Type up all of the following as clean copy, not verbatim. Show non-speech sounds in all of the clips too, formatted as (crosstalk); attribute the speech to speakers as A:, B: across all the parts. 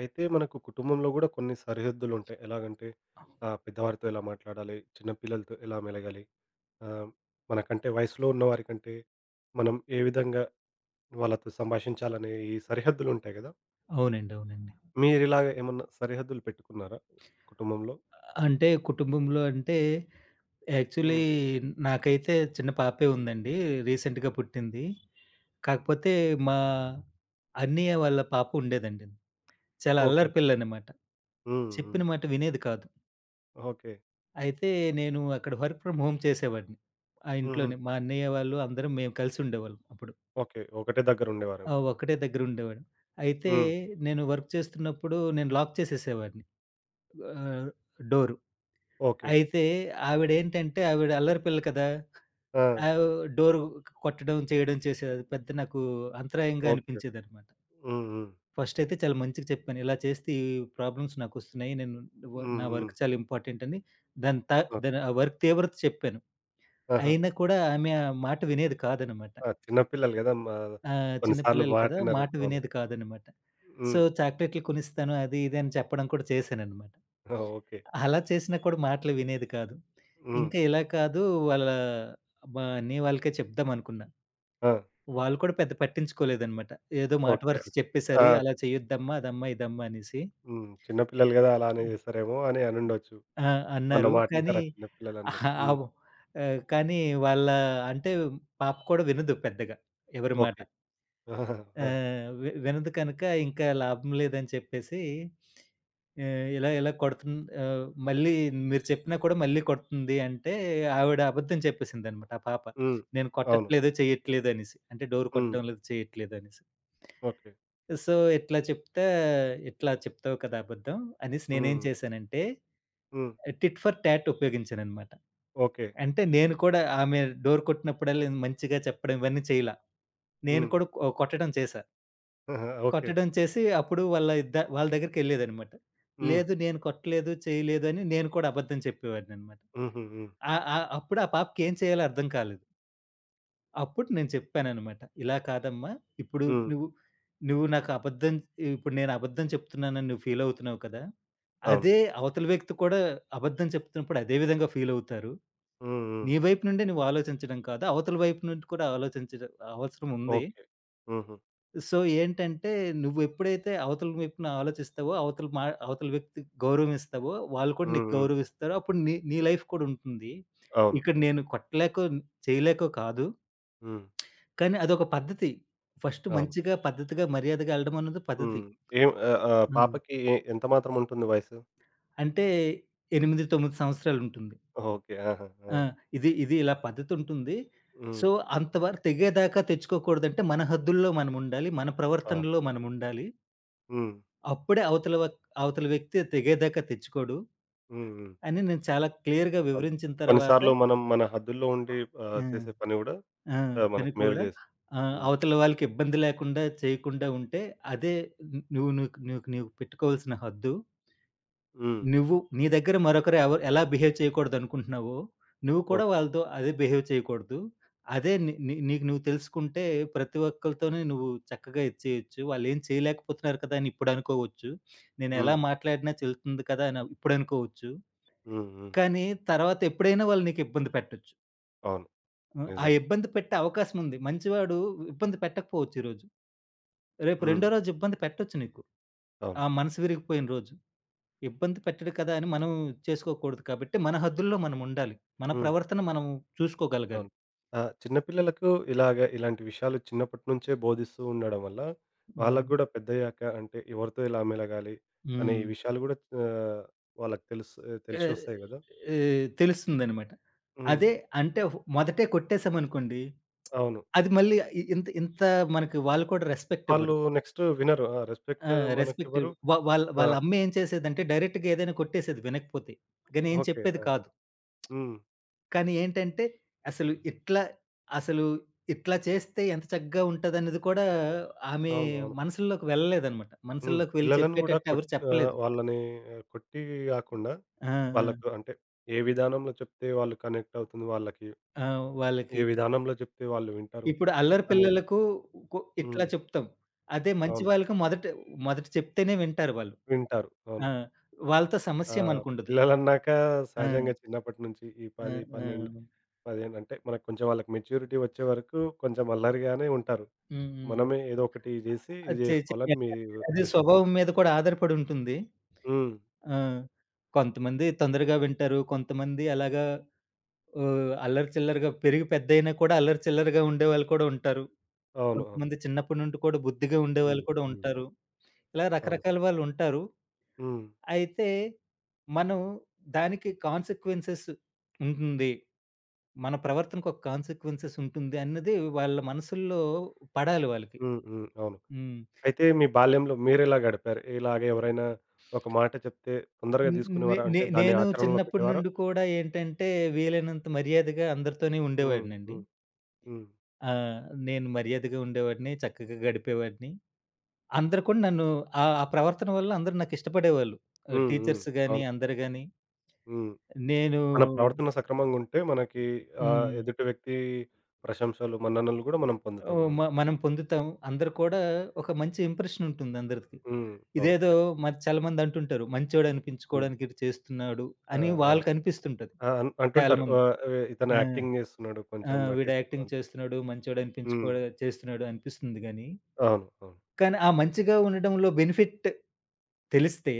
A: అయితే మనకు కుటుంబంలో గూడా కొన్ని సరిహద్దులుంటాయి. ఎలాగంటే పెద్దవారితో ఎలా మాట్లాడాలి, చిన్న పిల్లలతో ఎలా మెలగాలి, ఆహ్, మనకంటే వయసులో ఉన్నవారికంటే మనం ఏ విధంగా వాళ్ళతో సంభాషించాలనే ఈ సరిహద్దులుంటాయి గదా!
B: అవునండి. అవునండి.
A: మీరిలాగ ఏమన్నా సరిహద్దులు పెట్టుకున్నారా కుటుంబంలో?
B: అంటే కుటుంబంలో అంటే యాక్చువల్లీ
A: హ్మ్.
B: నాకైతే చిన్న పాపే ఉందండి. రీసెంట్‌గా పుట్టింది. కాకపోతే మా అన్నయ్య వాళ్ళ పాప ఉండేదండి. చాలా
A: ఓకే.
B: అల్లరి పిల్లనమాట.
A: హ్మ్. హ్మ్.
B: చెప్పిన మాట వినేది కాదు.
A: ఓకే.
B: అయితే నేను అక్కడ వర్క్ ఫ్రమ్ హోమ్ చేసేవాడిని. ఆ
A: హుహు.
B: ఇంట్లోనే మా అన్నయ్య వాళ్ళు అందరం మేము కలిసి ఉండేవాళ్ళం అప్పుడు.
A: ఓకే. ఒకటే
B: ఆ!
A: దగ్గరుండేవారేమో.
B: ఒకటే దగ్గర ఉండేవాడు. అయితే
A: హ్మ్.
B: నేను వర్క్ చేస్తున్నప్పుడు నేను లాక్ చేసేసేవాడిని ఆహ్, డోరు.
A: ఓకే.
B: అయితే ఆవిడేంటంటే ఆవిడ అల్లరి పిల్ల కదా!
A: ఆ!
B: ఆవ్ డోర్ కొట్టడం, చేయడం చేసేది. అది పెద్ద నాకు అంతరాయంగా
A: ఓకే.
B: అనిపించేదనమాట.
A: హ్మ్. హ్మ్.
B: ఫస్ట్ అయితే చాలా మంచిగా చెప్పాను. ఇలా చేస్తే ఈ ప్రాబ్లమ్స్ నాకొస్తున్నాయి. నేను
A: హ్మ్.
B: నా
A: హ్మ్.
B: వర్క్ చాలా ఇంపార్టెంట్ అని దాని త
A: ఓకే.
B: దాని ఆ వర్క్ తీవ్రత చెప్పాను.
A: ఆహా!
B: అయినా కూడా ఆమె ఆ మాట వినేది కాదనమాట.
A: ఆ! చిన్న పిల్లలు గదా!
B: ఆ!
A: కొన్ని
B: చిన్న
A: సార్లు
B: పిల్లలు కదా!
A: మాటినరు.
B: మాట
A: అవును.
B: వినేది కాదనమాట. సో,
A: హ్మ్.
B: చాక్లెట్లు కొనిస్తాను అది ఇది అని చెప్పడం కూడా చేశాననమాట.
A: ఆ! ఓకే.
B: అలా చేసినా కూడా మాటలు వినేది కాదు.
A: హ్మ్.
B: ఇంకా ఇలా కాదు వాళ్ళ మా అన్నయ్య వాళ్ళకే చెప్దామనుకున్నా.
A: ఆ!
B: వాళ్ళు కూడా పెద్ద పట్టించుకోలేదనమాట. ఏదో మాట
A: ఓకే.
B: వరకు
A: ఆ!
B: చెప్పేశారు. అలా చేయొద్దమ్మా, అదమ్మా, ఇదమ్మా అనేసి.
A: హ్మ్. చిన్న పిల్లలు గదా! అలానే జేస్తారేమో అని అనుండొచ్చు.
B: ఆ!
A: మన
B: అన్నారు. కానీ
A: మాటింటారా, చిన్న
B: ఆహ్,
A: పిల్లలన్నట్టు. హ్మ్.
B: ఆవ్ కానీ వాళ్ళ అంటే పాప కూడా వినదు పెద్దగా ఎవరి మాట.
A: ఓకే. ఆహాహా! ఆ!
B: ఆహ్, వి వినదు కనుక ఇంకా లాభం లేదని చెప్పేసి ఆహ్, ఇలా ఇలా కొడుతుంది, మళ్ళీ మీరు చెప్పినా కూడా మళ్ళీ కొడుతుంది అంటే ఆవిడ అబద్ధం చెప్పేసిందనమాట ఆ పాప.
A: హ్మ్.
B: నేను
A: అవును.
B: కొట్టట్లేదు, చేయట్లేదు అనేసి. అంటే డోర్
A: హ్మ్.
B: కొట్టడం లేదు, చేయట్లేదు అనేసి.
A: ఓకే.
B: సో, ఇట్లా చెప్తే "ఇట్లా చెప్తావు కదా అబద్ధం" అనేసి నేనేం
A: హ్మ్.
B: చేశానంటే
A: హ్మ్.
B: టిట్ ఫర్ టాట్ ఉపయోగించాననమాట.
A: ఓకే.
B: అంటే నేను కూడా ఆమె డోర్ కొట్టినప్పుడల్లా మంచిగా చెప్పడం ఇవన్నీ చేయలా. నేను
A: హ్మ్.
B: కూడా కొట్టడం చేశా.
A: ఆహా! ఓకే.
B: కొట్టడం చేసి అప్పుడు వాళ్ళ దగ్గరికెళ్ళేదనమాట.
A: హ్మ్.
B: లేదు నేను కొట్టలేదు, చేయలేదు అని నేను కూడా అబద్ధం చెప్పేవాడిననమాట.
A: హుహు. హ్మ్.
B: ఆహ్, ఆహ్, అప్పుడు ఆ పాపకేం చేయాలో అర్థం కాలేదు. అప్పుడు నేను చెప్పాననమాట. ఇలా కాదమ్మా! ఇప్పుడు
A: హ్మ్.
B: నువ్వు నువ్వు నాకు అబద్ధం ఇప్పుడు నేను అబద్ధం చెప్తున్నానని నువ్వు ఫీలవుతున్నావు కదా!
A: అవును.
B: అదే అవతల వ్యక్తి కూడా అబద్ధం చెప్తున్నప్పుడు అదే విధంగా ఫీలవుతారు.
A: హ్మ్. హ్మ్.
B: నీ వైపు నుండే నువ్వు ఆలోచించడం కాదు, అవతల వైపు నుండి కూడా ఆలోచించడం అవసరం ఉంది.
A: ఓకే. హుహు.
B: సో, ఏంటంటే నువ్వెప్పుడైతే అవతల వైపున ఆలోచిస్తావో, అవతల వ్యక్తికి గౌరవం ఇస్తావో, వాళ్ళు కూడా
A: హ్మ్.
B: నీకు
A: హ్మ్.
B: గౌరవం ఇస్తారు. అప్పుడు నీ నీ లైఫ్ కూడా ఉంటుంది.
A: అవును.
B: ఇక్కడ
A: అవును.
B: నేను కొట్టలేకో, చేయలేకో కాదు.
A: హ్మ్.
B: కానీ అదొక పద్ధతి. ఫస్ట్
A: అవును.
B: మంచిగా, పద్ధతిగా, మర్యాదగా ఎళ్ళడం అన్నది
A: హ్మ్.
B: పద్ధతి.
A: ఆహ్, ఆహ్,
B: ఆ!
A: పాపకి ఎంత మాత్రం ఉంటుంది వయసు?
B: అంటే 8, 9 సంవత్సరాలుంటుంది.
A: ఓకే. ఆహా! ఆ!
B: ఆ! ఇది ఇది ఇలా పద్ధతుంటుంది.
A: హ్మ్.
B: సో, అంతవరకు తెగేదాకా తెచ్చుకోకూడదంటే మన హద్దుల్లో మనముండాలి. మన
A: అవును.
B: ప్రవర్తనలో మనముండాలి.
A: హ్మ్.
B: అప్పుడే అవతల వ్యక్తి తెగేదాకా తెచ్చుకోడు
A: హ్మ్. హ్మ్.
B: అని నేను చాలా క్లియర్‌గా
A: అవును.
B: వివరించిన
A: కొన్ని
B: తర్వాత.
A: సార్లు మనం మన హద్దుల్లో ఉండి
B: ఆ!
A: చేసే పని గూడా
B: ఆ! పని
A: మనకు మేలు
B: కూడా
A: చేస్తుంది. హ్మ్.
B: అవతల వాళ్ళకి ఇబ్బంది లేకుండా చేయకుండా ఉంటే అదే నువ్వు నువ్వు నీకు పెట్టుకోవాల్సిన హద్దు.
A: హ్మ్.
B: నువ్వు నీ దగ్గర మరొకరు ఎవరు ఎలా బిహేవ్ చేయకూడదనుకుంటున్నావో, నువ్వు కూడా
A: ఓకే.
B: వాళ్ళతో అదే బిహేవ్ చేయకూడదు. అదే నీ నీ నీకు నువ్వు తెలుసుకుంటే ప్రతి ఒక్కళ్ళతోని నువ్వు చక్కగా ఇది చేయొచ్చు. వాళ్ళేం చేయలేకపోతున్నారు కదా అని ఇప్పుడనుకోవచ్చు. నేనెలా
A: హ్మ్.
B: మాట్లాడినా చెల్లుతుంది కదా అని ఇప్పుడనుకోవచ్చు.
A: హ్మ్. హ్మ్.
B: కానీ తర్వాత ఎప్పుడైనా వాళ్ళు నీకు ఇబ్బంది పెట్టొచ్చు.
A: అవును.
B: హ్మ్. ఆ
A: నిజమే.
B: ఇబ్బంది పెట్టే అవకాశం ఉంది. మంచివాడు ఇబ్బంది పెట్టకపోవచ్చు ఈరోజు. రేపు రెండో
A: హ్మ్.
B: రోజు ఇబ్బంది పెట్టొచ్చు నీకు.
A: అవును.
B: ఆ మనసు విరిగిపోయిన రోజు. ఇబ్బంది పెట్టడు కదా! అని మనం చేసుకోకూడదు కాబట్టి, మన హద్దుల్లో మనం ఉండాలి. మన
A: హ్మ్.
B: ప్రవర్తన మనం చూసుకోగలగాలి.
A: అవును. ఆ! చిన్న పిల్లలకు ఇలాగ ఇలాంటి విషయాలు చిన్నప్పటి నుంచే బోధిస్తూ ఉండడం వల్ల,
B: హ్మ్.
A: వాళ్ళకి గూడా పెద్దయ్యాక అంటే ఎవరితో ఎలా మెలగాలి అనే ఈ
B: హ్మ్.
A: విషయాలు గూడా ఆహ్, వాళ్ళకి
B: ఏ
A: తెలిసొస్తాయి గదా!
B: ఏ తెలుస్తుందనమాట.
A: హ్మ్.
B: అదే అంటే మొదటే కొట్టేసామనుకోండి,
A: అవును.
B: అది మళ్ళీ ఇ ఇంత ఇంత మనకి వాళ్ళు కూడా రెస్పెక్ట్ ఇవ్వరు.
A: వాళ్ళు నెక్స్ట్ వినరు. ఆ! రెస్పెక్ట్
B: ఆ! రెస్పెక్ట్
A: మనకివ్వరు.
B: ఇవ్ వా వాళ్ళ
A: ఆ!
B: వాళ్ళ అమ్మ ఏం చేసేదంటే డైరెక్ట్‌గా ఏదైనా కొట్టేసేది వినకపోతే. గానీ ఏం
A: ఓకే.
B: చెప్పేది
A: ఆ!
B: కాదు.
A: హ్మ్.
B: కానీ ఏంటంటే, అసలు ఇట్లా అసలు ఇట్లా చేస్తే ఎంత చక్కగా ఉంటదనేది కూడా ఆమె
A: అవును. అవును.
B: మనసుల్లోకి వెళ్ళలేదనమాట.
A: హ్మ్.
B: మనసుల్లోకి వెళ్లి
A: పిల్లలను గూడా
B: చెప్పేటట్టు ఎవరు చెప్పలేదు.
A: వాళ్ళని కొట్టి గాకుండా,
B: ఆ! ఆ!
A: వాళ్ళకు అంటే ఏ విధానంలో చెప్తే వాళ్ళు కనెక్ట్ అవుతుంది వాళ్ళకి,
B: ఆ!
A: ఏ
B: వాళ్ళకి.
A: విధానంలో చెప్తే వాళ్ళు వింటారు
B: ఇప్పుడు అల్లరి
A: అనేది.
B: పిల్లలకు కు ఇట్లా
A: హ్మ్.
B: చెప్తాం. అదే మంచి
A: అవును.
B: వాళ్ళకి మొదట మొదట చెప్తేనే వింటారు వాళ్ళు.
A: వింటారు. అవును.
B: ఆ! వాళ్ళతో సమస్య మనకుండదు.
A: పిల్లలన్నాక సహజంగా
B: ఆ!
A: చిన్నప్పటి నుంచి ఈ
B: ఆ!
A: 10,
B: ఆ!
A: 12, 15 అంటే మనకు, కొంచెం వాళ్ళకి మెచ్యూరిటీ వచ్చే వరకు కొంచెం అల్లరిగానే ఉంటారు.
B: హ్మ్. హ్మ్.
A: మనమే ఏదో ఒకటి జేసి ఇది
B: అది చే
A: జేసుకోవాలని
B: చెయ్యాలి.
A: మీ
B: అది
A: ఉద్దేశ్యం.
B: స్వభావం మీద కూడా ఆధారపడి ఉంటుంది.
A: హ్మ్.
B: ఆ! కొంతమంది తొందరగా వింటారు. కొంతమంది అలాగా ఓహ్! అల్లరి చిల్లరగా పెరిగి పెద్దయినా కూడా అల్లరి చిల్లరగా ఉండేవాళ్ళు కూడా ఉంటారు.
A: అవును. అవును.
B: కొంతమంది చిన్నప్పటి నుండి కూడా బుద్ధిగా ఉండేవాళ్ళు
A: హ్మ్.
B: కూడా
A: హ్మ్.
B: ఉంటారు. ఇలా
A: అవును.
B: రకరకాల వాళ్ళు ఉంటారు.
A: హ్మ్.
B: అయితే మనం దానికి కాన్సీక్వెన్సెస్ ఉంటుంది. మన ప్రవర్తనకు ఒక కాన్సీక్వెన్సెస్ ఉంటుంది అన్నది వాళ్ళ మనసుల్లో పడాలి వాళ్ళకి.
A: హ్మ్. హ్మ్. అవును.
B: హ్మ్.
A: అయితే మీ బాల్యంలో మీరెలా గడిపారు? ఇలాగ ఎవరైనా ఒక మాట చెప్తే తొందరగా
B: నే నే
A: తీసుకునేవారా?
B: నే
A: అంటే దాన్ని
B: నేను
A: ఆచరణలో
B: చిన్నప్పటి
A: పెట్టేవారా?
B: నుండి కూడా ఏంటంటే వీలైనంత మర్యాదగా అందరితోనే
A: హ్మ్.
B: ఉండేవాడినండి.
A: హ్మ్. హ్మ్.
B: ఆ! నేను మర్యాదగా ఉండేవాడిని, చక్కగా గడిపేవాడిని. అందరూ కూడా నన్ను ఆ ఆ ప్రవర్తన వల్ల అందరూ నాకిష్టపడేవాళ్ళు. ఆహ్,
A: హ్మ్. హ్మ్.
B: టీచర్స్ గాని,
A: అవును.
B: అందరు గాని.
A: హ్మ్.
B: నేను
A: మన ప్రవర్తన సక్రమంగుంటే మనకి
B: హ్మ్.
A: ఎదుటి వ్యక్తి ప్రశంసలు, మన్ననలు గూడా మనం పొందుతాం.
B: ఓహ్!
A: అవును.
B: మనం పొందుతాం. అందరూ కూడా ఒక మంచి ఇంప్రెషన్ ఉంటుంది అందరికి.
A: హ్మ్. అవును.
B: ఇదేదో మరి చాలామంది అంటుంటారు. మంచోడు
A: హ్మ్.
B: అనిపించుకోవడానికి ఇది చేస్తున్నాడు
A: ఆ!
B: అని
A: ఆ!
B: వాళ్ళకి అనిపిస్తుంటది.
A: ఆ! అంటుంటారు.
B: చాలామంది.
A: ఇతను
B: ఆ!
A: యాక్టింగ్ జేస్తున్నాడు,
B: ఆ!
A: కొంచెం
B: వీడు యాక్టింగ్
A: నటిస్తున్నాడు.
B: చేస్తున్నాడు, మంచోడు
A: హ్మ్.
B: అనిపించుకోవడా చేస్తున్నాడు అనిపిస్తుంది గాని,
A: అవును. అవును.
B: కానీ ఆ మంచిగా ఉండడంలో బెనిఫిట్ తెలిస్తే,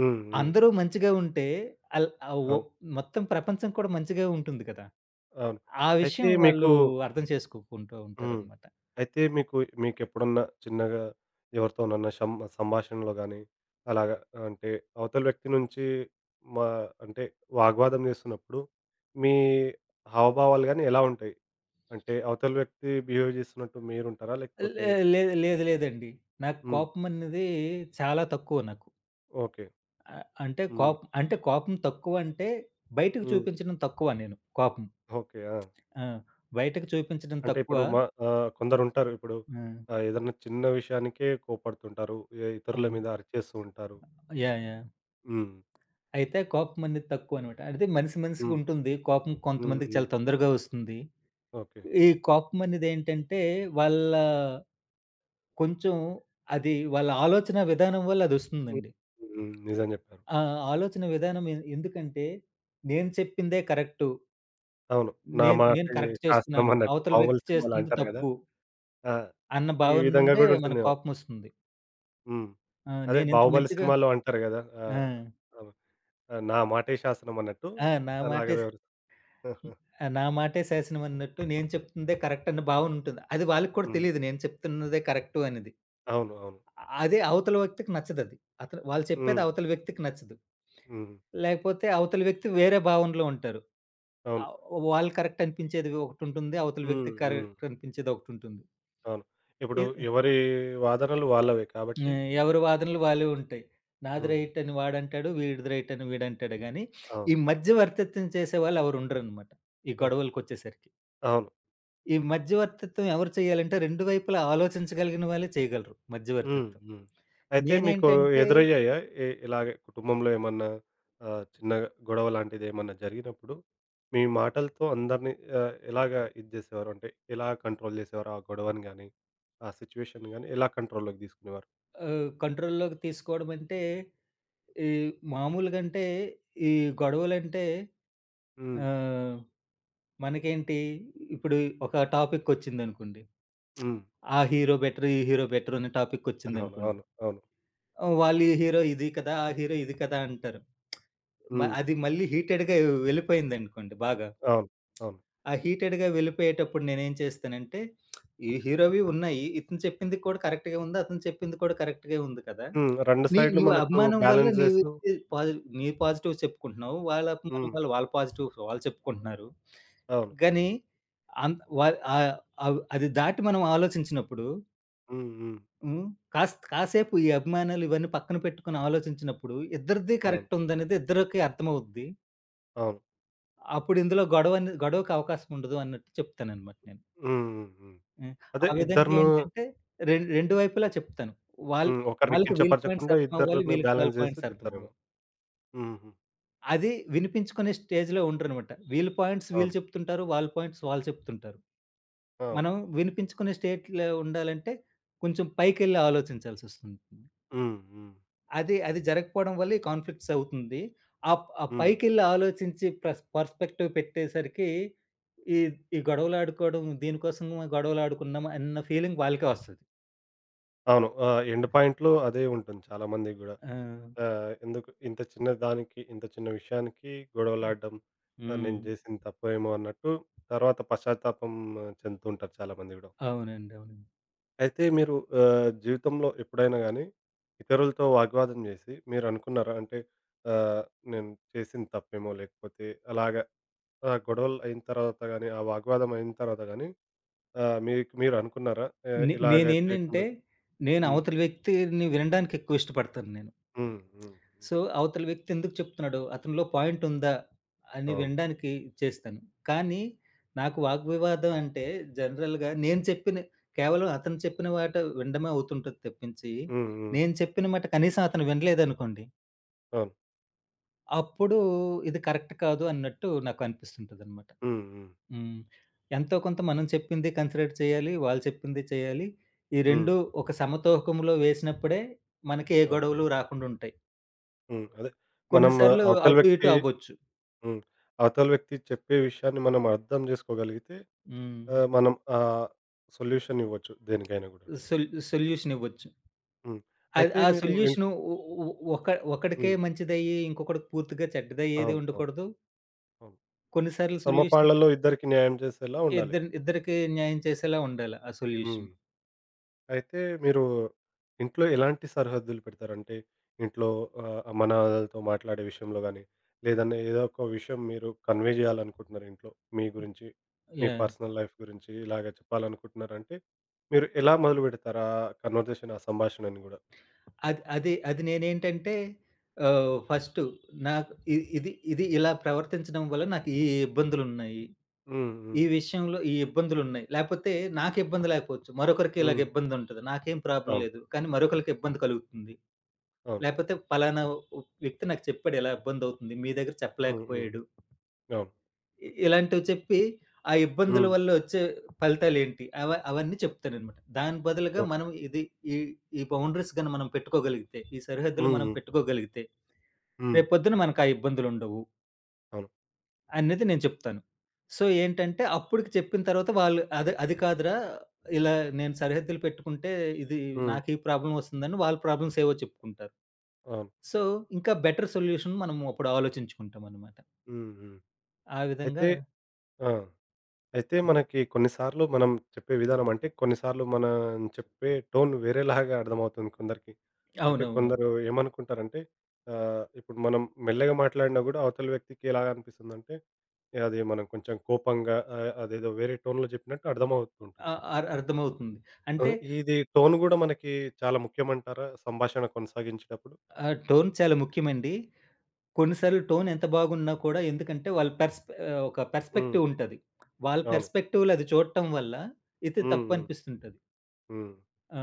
A: హ్మ్. హ్మ్.
B: అందరూ మంచిగా ఉంటే అల్ ఆహ్, ఒ
A: అవును.
B: మొత్తం ప్రపంచం కూడా మంచిగా ఉంటుంది కదా!
A: అవును.
B: ఆ
A: అయితే
B: విషయం వాళ్ళు
A: మీకు
B: అర్థం చేసుకోకుంటూ
A: హ్మ్.
B: ఉంటారనమాట.
A: అయితే మీకు, మీకెప్పుడన్నా చిన్నగా ఎవరితోనన్నా సంభాషణలో గాని, అలాగా, అంటే అవతల వ్యక్తి నుంచి మా అంటే వాగ్వాదం చేస్తున్నప్పుడు మీ హావభావాలు గాని ఎలా ఉంటాయి? అంటే అవతల వ్యక్తి బిహేవ్ చేస్తున్నట్టు మీరుంటారా? లేకపోతే?
B: లే లే లేదు లేదండి. నాకు
A: హ్మ్.
B: కోపం అనేది చాలా తక్కువ నాకు.
A: ఓకే.
B: ఆహ్, అంటే
A: హ్మ్.
B: కోప్ అంటే కోపం తక్కువ అంటే బయటకు
A: హ్మ్.
B: చూపించడం తక్కువ నేను కోపం.
A: ఓకే. ఆ!
B: ఆ! బయటకు చూపించడం
A: అంటే
B: తక్కువ.
A: ఇప్పుడు కొందరుంటారు. ఇప్పుడు
B: ఆ!
A: ఏదన్నా చిన్న విషయానికే కోప్పడుతుంటారు. ఇతరుల
B: అవును.
A: మీద అరిచేస్తూ ఉంటారు.
B: యాహ్! యాహ్!
A: హ్మ్.
B: అయితే కోపమనేది తక్కువనమాట. అంటే మనిషి
A: హ్మ్.
B: మనిషికుంటుంది. కోపం
A: హ్మ్.
B: కొంతమందికి
A: హ్మ్.
B: చాలా తొందరగా వస్తుంది.
A: ఓకే.
B: ఈ కోపమనేదేంటంటే వాళ్ళ కొంచెం అది వాళ్ళ ఆలోచన విధానం వల్ల
A: హ్మ్.
B: అదొస్తుందండి.
A: హ్మ్. నిజం జెప్పారు.
B: ఆ ఆలోచన విధానం ఎందుకంటే నేను చెప్పిందే కరెక్టు.
A: అవును. నా
B: నేను నేను
A: మాటే
B: కరెక్ట్
A: శాసనం
B: చేస్తున్నాను.
A: అన్నట్టు
B: అవతల వ్యక్తి
A: 'బాహుబలి' సినిమాలో
B: చేస్తుంది
A: అంటారు గదా!
B: తప్పు
A: ఆ!
B: అన్న
A: ఈ
B: భావన
A: విధంగా
B: నుండే
A: గూడా
B: మనకు
A: ఉంటుందేమో.
B: కోపమొస్తుంది.
A: హ్మ్.
B: ఆ!
A: అదే
B: నేనింత
A: 'బాహుబలి'
B: మంచిగా.
A: సినిమాలో అంటారు గదా!
B: ఆ!
A: ఆహ్, అవును. నా మాటే శాసనం అన్నట్టు,
B: ఆ!
A: అలాగే (laughs)
B: నా మాటే శాసనం అన్నట్టు నేను చెప్తుందే కరెక్ట్ అన్న భావన ఉంటుంది. అది వాళ్ళకి కూడా
A: హ్మ్.
B: తెలీదు నేను చెప్తున్నదే కరెక్టు అనేది.
A: అవును. అవును.
B: ఆ- అదే అవతల వ్యక్తికి నచ్చదది. అతను వాళ్ళు చెప్పేది
A: హ్మ్.
B: అవతల వ్యక్తికి నచ్చదు.
A: హ్మ్.
B: లేకపోతే అవతల వ్యక్తి వేరే భావనలో ఉంటారు.
A: అవును.
B: ఆహ్, వాళ్ళు కరెక్ట్ అనిపించేది ఒకటుంటుంది. అవతల
A: హ్మ్.
B: వ్యక్తికి
A: హ్మ్.
B: కరెక్ట్ అనిపించేది ఒకటుంటుంది.
A: అవును. ఇప్పుడు
B: ఇ
A: ఎవరి వాదనలు వాళ్ళవే కాబట్టి.
B: ఎవరి వాదనలు వాళ్ళవి ఉంటాయి. నాది
A: హ్మ్.
B: రైట్ అని వాడంటాడు. వీడిది రైట్ అని వీడంటాడు గానీ, ఈ
A: అవును.
B: మధ్యవర్తిత్వం చేసేవాళ్ళు ఎవరు ఉండరనమాట. ఈ
A: (laughs)
B: గొడవలకొచ్చేసరికి.
A: అవును.
B: ఈ మధ్యవర్తిత్వం ఎవరు చేయాలంటే, 2 వైపులా ఆలోచించగలిగిన వాళ్ళే చేయగలరు
A: హ్మ్.
B: మధ్యవర్తిత్వం.
A: హ్మ్. అయితే మీకు
B: నేనేంటంటే
A: ఎదురయ్యాయా? ఇలాగే కుటుంబంలో ఏమన్నా చిన్న గొడవ లాంటిదేమన్నా జరిగినప్పుడు, మీ మాటలతో అందరిని ఎలాగా ఇది జేసేవారు? అంటే ఎలా కంట్రోల్ జేసేవారు? ఆ గొడవని గాని, ఆ సిట్యుయేషన్‌ని గాని ఎలా కంట్రోల్‌లోకి తీసుకునేవారు?
B: కంట్రోల్‌లోకి తీసుకోవడం అంటే, ఈ మామూలుగా అంటే ఈ గొడవలంటే
A: హ్మ్.
B: ఆహ్, మనకేంటి ఇప్పుడు ఒక టాపికొచ్చిందనుకోండి.
A: హ్మ్.
B: ఆ హీరో బెటర్, ఈ హీరో బెటర్ అనే
A: అవును.
B: టాపికొచ్చిందనుకోండి.
A: అవును. అవును.
B: ఆహ్, వాళ్ళు ఈ హీరో ఇది కదా! ఆ హీరో ఇది కదా! అంటారు.
A: హ్మ్.
B: అది మళ్ళీ హీటెడ్‌గా వెళ్ళిపోయిందనుకోండి బాగా.
A: అవును. అవును.
B: ఆ హీటెడ్‌గా వెళ్ళిపోయేటప్పుడు నేనేం చేస్తానంటే, ఈ హీరోవి ఉన్నాయి. ఇతను చెప్పింది కూడా కరెక్ట్‌గే ఉంది. అతను చెప్పింది కూడా కరెక్ట్‌గే ఉంది కదా!
A: హ్మ్. 2 సైడ్‌లు
B: నువ్వు
A: మనకు
B: అభిమానం వల్ల
A: బ్యాలెన్స్
B: నీవి
A: జేస్తూ.
B: పాజి నీ పాజిటివ్స్ చెప్పుకుంటున్నావు. వాళ్ళ అభిమానం
A: హ్మ్.
B: వల్ల వాళ్ళ పాజిటివ్స్ వాళ్ళు చెప్పుకుంటున్నారు.
A: అవును.
B: గానీ అన్ వా ఆహ్, అవ్ అది దాటి మనం ఆలోచించినప్పుడు.
A: హ్మ్. హ్మ్.
B: హ్మ్. కాసేపు ఈ అభిమానాలు ఇవన్నీ పక్కన పెట్టుకొని ఆలోచించినప్పుడు ఇద్దరిది
A: అవును.
B: కరెక్ట్ ఉందనేది ఇద్దరికి అర్థమవుద్ది.
A: అవును.
B: అప్పుడు ఇందులో గొడవ అనే గొడవకి అవకాశం ఉండదు అన్నట్టు చెప్తాననమాట నేను.
A: హ్మ్. హ్మ్. హ్మ్.
B: హ్మ్.
A: అదే
B: ఆ విధంగా
A: ఇద్దరిని.
B: ఏంటంటే రెండు వైపులా చెప్తాను. వాళ్
A: హ్మ్. ఒకరిని
B: వాళ్ళకి వీళ్ళ పాయింట్స్
A: కించపరచకుండా
B: అర్థమవ్వాలి.
A: ఇద్దరిని
B: వీళ్ళకి వాళ్ళ
A: బ్యాలెన్స్ జేస్తూ
B: పాయింట్స్
A: చెప్తారేమో.
B: అర్థమవ్వాలి.
A: హుహు.
B: అది వినిపించుకునే స్టేజ్‌లో ఉండరనమాట. వీళ్ళ పాయింట్స్ వీళ్ళు
A: అవును.
B: చెప్తుంటారు. వాళ్ళ పాయింట్స్ వాళ్ళు చెప్తుంటారు.
A: అవును.
B: మనం వినిపించుకునే స్టేట్‌లో ఉండాలంటే కొంచెం పైకెళ్ళి ఆలోచించాల్సొస్తుంది.
A: హ్మ్. హ్మ్.
B: అది అది జరగకపోవడం వల్ల ఈ కాన్ఫ్లిక్ట్స్ అవుతుంది. ఆ
A: హ్మ్.
B: పైకెళ్ళి ఆలోచించి పర్స్‌పెక్టివ్ పెట్టేసరికి ఈ ఈ గొడవలాడుకోవడం దీనికోసం గొడవలాడుకున్నాం అన్న ఫీలింగ్ వాళ్ళకే వస్తది.
A: అవును. ఎండ్ పాయింట్‌లో అదే ఉంటుంది చాలా మందికి గూడా.
B: ఆ!
A: ఎందుకు ఇంత చిన్న దానికి, ఇంత చిన్న విషయానికి గొడవలాడడం, నేను
B: హ్మ్.
A: జేసింది తప్పేమో అన్నట్టు తర్వాత పశ్చాత్తాపం చెందుతూ ఉంటారు చాలా మంది గూడా.
B: అవునండి. అవునండి.
A: అయితే మీరు జీవితంలో ఎప్పుడైనా గానీ ఇతరులతో వాగ్వాదం జేసి మీరనుకున్నారా? అంటే ఆహ్, నేను చేసింది తప్పేమో, లేకపోతే అలాగా, ఆ! గొడవలు అయిన తర్వాత గాని, ఆ వాగ్వాదం అయిన తర్వాత గాని మీకు మీరు అనుకున్నారా? ఇలాగ చేయకుండా.
B: నేనేంటంటే, నేను
A: హ్మ్.
B: అవతల వ్యక్తిని వినడానికి ఎక్కువ ఇష్టపడతాను నేను.
A: హ్మ్. హ్మ్.
B: సో, అవతల వ్యక్తి ఎందుకు చెప్తున్నాడో, అతనిలో పాయింట్ ఉందా అని
A: అవును.
B: వినడానికి చేస్తాను. కానీ నాకు వాగ్వివాదం అంటే జనరల్‌గా నేను చెప్పిన కేవలం అతను చెప్పిన మాట వినడమే అవుతుంటది తప్పించి,
A: హ్మ్. హ్మ్.
B: నేను చెప్పిన మాట కనీసం అతను వినలేదనుకోండి,
A: అవును.
B: అప్పుడు ఇది కరెక్ట్ కాదు అన్నట్టు నాకు అనిపిస్తుంటదనమాట.
A: హ్మ్. హ్మ్.
B: హ్మ్. ఎంతో కొంత మనం చెప్పింది కన్సిడర్ చేయాలి. వాళ్ళు చెప్పింది చేయాలి. ఈ
A: హ్మ్.
B: 2 ఒక సమతూకంలో వేసినప్పుడే మనకి ఏ
A: అవును.
B: గొడవలు రాకుండుంటాయి.
A: హ్మ్. అదే మనం
B: కొన్నిసార్లు
A: అవతల
B: అటు ఇటు
A: వ్యక్తి.
B: అవ్వచ్చు.
A: హ్మ్. అవతల వ్యక్తి చెప్పే విషయాన్ని మనం అర్థం చేసుకోగలిగితే
B: హ్మ్.
A: మనం సొల్యూషన్ ఇవ్వచ్చు దేనికైనా గూడా అంటారు.
B: సొల్యూషన్ ఇవ్వచ్చు.
A: హ్మ్.
B: అది
A: అయితే
B: ఆ
A: మీరు
B: సొల్యూషను ఒ ఒ ఒక ఒకడికే
A: హ్మ్.
B: మంచిదయ్యి, ఇంకొకడికి పూర్తిగా చెడ్డదయ్యేది
A: అవును. అవును.
B: ఉండకూడదు.
A: అవును.
B: కొన్నిసార్లు సొల్యూషన్స్
A: సమపాళ్లలో ఇద్దరికీ న్యాయం చేసేలా ఉండాలి.
B: ఇద్దరికి న్యాయం చేసేలా ఉండాలి ఆ
A: హ్మ్.
B: సొల్యూషన్.
A: అయితే మీరు ఇంట్లో ఎలాంటి సరిహద్దులు పెడతారంటే, ఇంట్లో అమ్మానాన్నలతో మాట్లాడే విషయంలో గాని, లేదన్నా ఏదో ఒక విషయం మీరు కన్వే చేయాలనుకుంటున్నారు ఇంట్లో మీ గురించి, మీ
B: యాహ్!
A: పర్సనల్ లైఫ్ గురించి ఇలాగ చెప్పాలనుకుంటున్నారంటే, మీరు ఎలా మొదలుపెడతారు ఆ కన్వర్జేషన్, ఆ సంభాషణని గూడా?
B: అది అది అది నేనేంటంటే ఫస్టు నాకు ఇ ఇది ఇది ఇలా ప్రవర్తించడం వల్ల నాకు ఈ ఇబ్బందులున్నాయి.
A: హ్మ్. హ్మ్.
B: ఈ విషయంలో ఈ ఇబ్బందులున్నాయి. లేపోతే నాకు ఇబ్బంది లేకపోవచ్చు. మరొకరికి ఇలాగ
A: హ్మ్.
B: ఇబ్బందుంటది. నాకేం ప్రాబ్లమ్
A: అవును.
B: లేదు. కానీ మరొకళ్ళకి ఇబ్బంది కలుగుతుంది.
A: అవును.
B: లేపోతే పలానా ఉ వ్యక్తి నాకు చెప్పాడు ఇలా ఇబ్బందవుతుంది. మీ దగ్గర
A: హ్మ్. హ్మ్.
B: చెప్పలేకపోయాడు.
A: అవును.
B: ఇలాంటివి చెప్పి ఆ ఇబ్బందుల
A: హ్మ్.
B: వల్ల వచ్చే ఫలితాలేంటి అవన్నీ చెప్తాననమాట. దాని బదులుగా
A: ఓహ్!
B: మనం ఇది ఈ, ఈ బౌండరీస్ గాని మనం పెట్టుకోగలిగితే, ఈ సరిహద్దులు
A: హ్మ్.
B: మనం
A: హ్మ్.
B: పెట్టుకోగలిగితే
A: హ్మ్.
B: రేపొద్దున మనకు ఆ ఇబ్బందులుండవు
A: అవును.
B: అనేది నేను చెప్తాను. సో, ఏంటంటే అప్పటికి చెప్పిన తర్వాత వాళ్ళు అది అది కాదురా! ఇలా నేను సరిహద్దులు పెట్టుకుంటే ఇది
A: హ్మ్.
B: నాకు ఈ ప్రాబ్లమ్ వస్తుందని వాళ్ళ ప్రాబ్లమ్స్ ఏవో చెప్పుకుంటారు.
A: అవును.
B: సో, ఇంకా బెటర్ సొల్యూషన్ మనం అప్పుడు ఆలోచించుకుంటామనమాట.
A: హ్మ్. హ్మ్.
B: ఆ విధంగా.
A: అయితే, ఆ! అయితే మనకి కొన్నిసార్లు మనం చెప్పే విధానం, అంటే కొన్నిసార్లు మనం చెప్పే టోన్ వేరేలాగా అర్థమవుతుంది కొందరికి. అంటే
B: అవునవునవును.
A: కొందరు ఏమనుకుంటారంటే ఇప్పుడు మనం మెల్లగా మాట్లాడినా కూడా అవతల వ్యక్తికి ఎలా అనిపిస్తుందంటే అది మనం కొంచెం కోపంగా అదేదో వేరే టోన్‌లో చెప్పినట్టు అర్థమవుతూ ఉంటుంది.
B: అ అర్ అర్థమవుతుంది.
A: ఆ!
B: అంటే
A: ఇది టోన్ కూడా మనకి చాలా ముఖ్యమంటారా సంభాషణ కొనసాగించేటప్పుడు?
B: ఆహ్, టోన్ చాలా ముఖ్యమండి. కొన్ని సార్లు టోన్ ఎంత బాగున్నా కూడా ఎందుకంటే ఒక
A: హ్మ్.
B: పర్స్పెక్టివ్ ఉంటది. వాళ్ళ
A: అవును.
B: పర్స్పెక్టివ్‌లో అది చూడటం వల్ల ఇది
A: హ్మ్. హ్మ్.
B: తప్పనిపిస్తుంటది.
A: హ్మ్.
B: ఆ!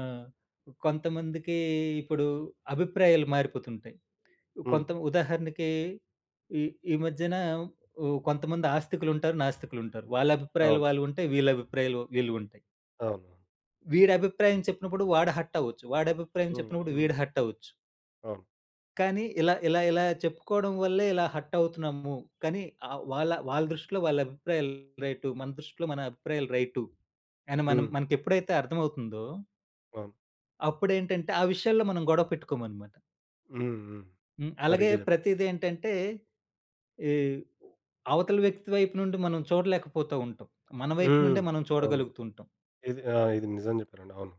B: కొంతమందికి ఇప్పుడు అభిప్రాయాలు మారిపోతుంటాయి.
A: హ్మ్.
B: కొంత ఉదాహరణకి ఈ ఈ మధ్యన ఓహ్, కొంతమంది ఆస్తికులుంటారు, నాస్తికులుంటారు. వాళ్ళ అభిప్రాయాలు
A: అవును.
B: వాళ్ళు ఉంటాయి. వీళ్ళ అభిప్రాయాలు వీళ్ళు ఉంటాయి.
A: అవును.
B: వీడి అభిప్రాయం చెప్పినప్పుడు వాడు హర్ట్ అవ్వచ్చు. వాడి అభిప్రాయం
A: హ్మ్.
B: చెప్పినప్పుడు
A: హ్మ్.
B: వీడు హర్ట్ అవ్వచ్చు.
A: అవును.
B: కానీ ఇలా ఇలా ఇలా చెప్పుకోవడం వల్లే ఇలా హర్ట్ అవుతున్నాము. కానీ ఆహ్, వాళ్ళ వాళ్ళ దృష్టిలో వాళ్ళ అభిప్రాయాలు రైటు. మన దృష్టిలో మన అభిప్రాయాలు రైటు. అని
A: హ్మ్.
B: మనకెప్పుడైతే అర్థమవుతుందో
A: అవును.
B: అప్పుడేంటంటే ఆ విషయాల్లో మనం గొడవ పెట్టుకోమనమాట.
A: హ్మ్. హ్మ్.
B: హ్మ్. అలాగే
A: సరిగ్గా చెప్పారు.
B: ప్రతీదేంటంటే, ఈ అవతల వ్యక్తి వైపు నుండి మనం చూడలేకపోతా ఉంటాం. మన వైపు
A: హ్మ్.
B: నుండే మనం
A: అవును.
B: చూడగలుగుతుంటాం.
A: ఇది, ఆ! ఇది నిజం జెప్పారండి. అవును.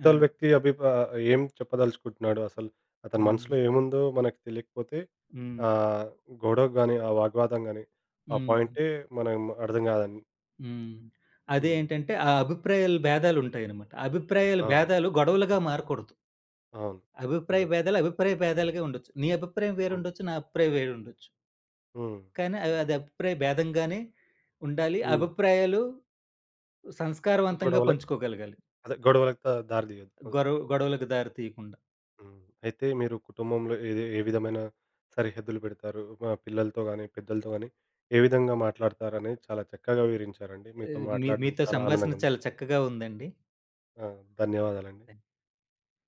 B: ఆ!
A: వ్యక్తి ఏం చెప్పదలుచుకుంటున్నాడు అసలు అతని
B: హ్మ్.
A: మనసులో ఏముందో మనకు తెలియకపోతే
B: హ్మ్.
A: ఆహ్, గొడవకు గాని, ఆ వాగ్వాదం గాని, ఆ
B: హ్మ్.
A: పాయింటే మనం అర్థం గాదని.
B: హ్మ్. అదే
A: హ్మ్.
B: ఏంటంటే, ఆ అభిప్రాయాల భేదాలుంటాయనమాట. అభిప్రాయాల
A: అవును.
B: భేదాలు గొడవలుగా మారకూడదు.
A: అవును.
B: అభిప్రాయ
A: నిజం.
B: భేదాలు, అభిప్రాయ భేదాలుగా ఉండొచ్చు. నీ అభిప్రాయం
A: అవును.
B: వేరుండొచ్చు. నా అభిప్రాయం వేరుండొచ్చు.
A: హ్మ్.
B: కానీ అది అభిప్రాయ భేదంగానే ఉండాలి.
A: హ్మ్.
B: అభిప్రాయాలు సంస్కారవంతంగా
A: గొడవలకి,
B: పంచుకోగలగాలి.
A: అదే గొడవలకి దారి తీయొద్దు.
B: గొడవలకు దారి తీయకుండా.
A: హ్మ్. అయితే మీరు కుటుంబంలో ఏది, ఏ విధమైన సరిహద్దులు పెడతారు? మా పిల్లలతో గాని, పెద్దలతో గాని ఏ విధంగా మాట్లాడతారని చాలా చక్కగా వివరించారండి. మీతో
B: ఆహ్,
A: మాట్లాడడం
B: మీతో
A: చాలా
B: సంభాషణ
A: ఆనందంగా ఉంది.
B: చాలా చక్కగా ఉందండి.
A: ఆ! ధన్యవాదాలండి.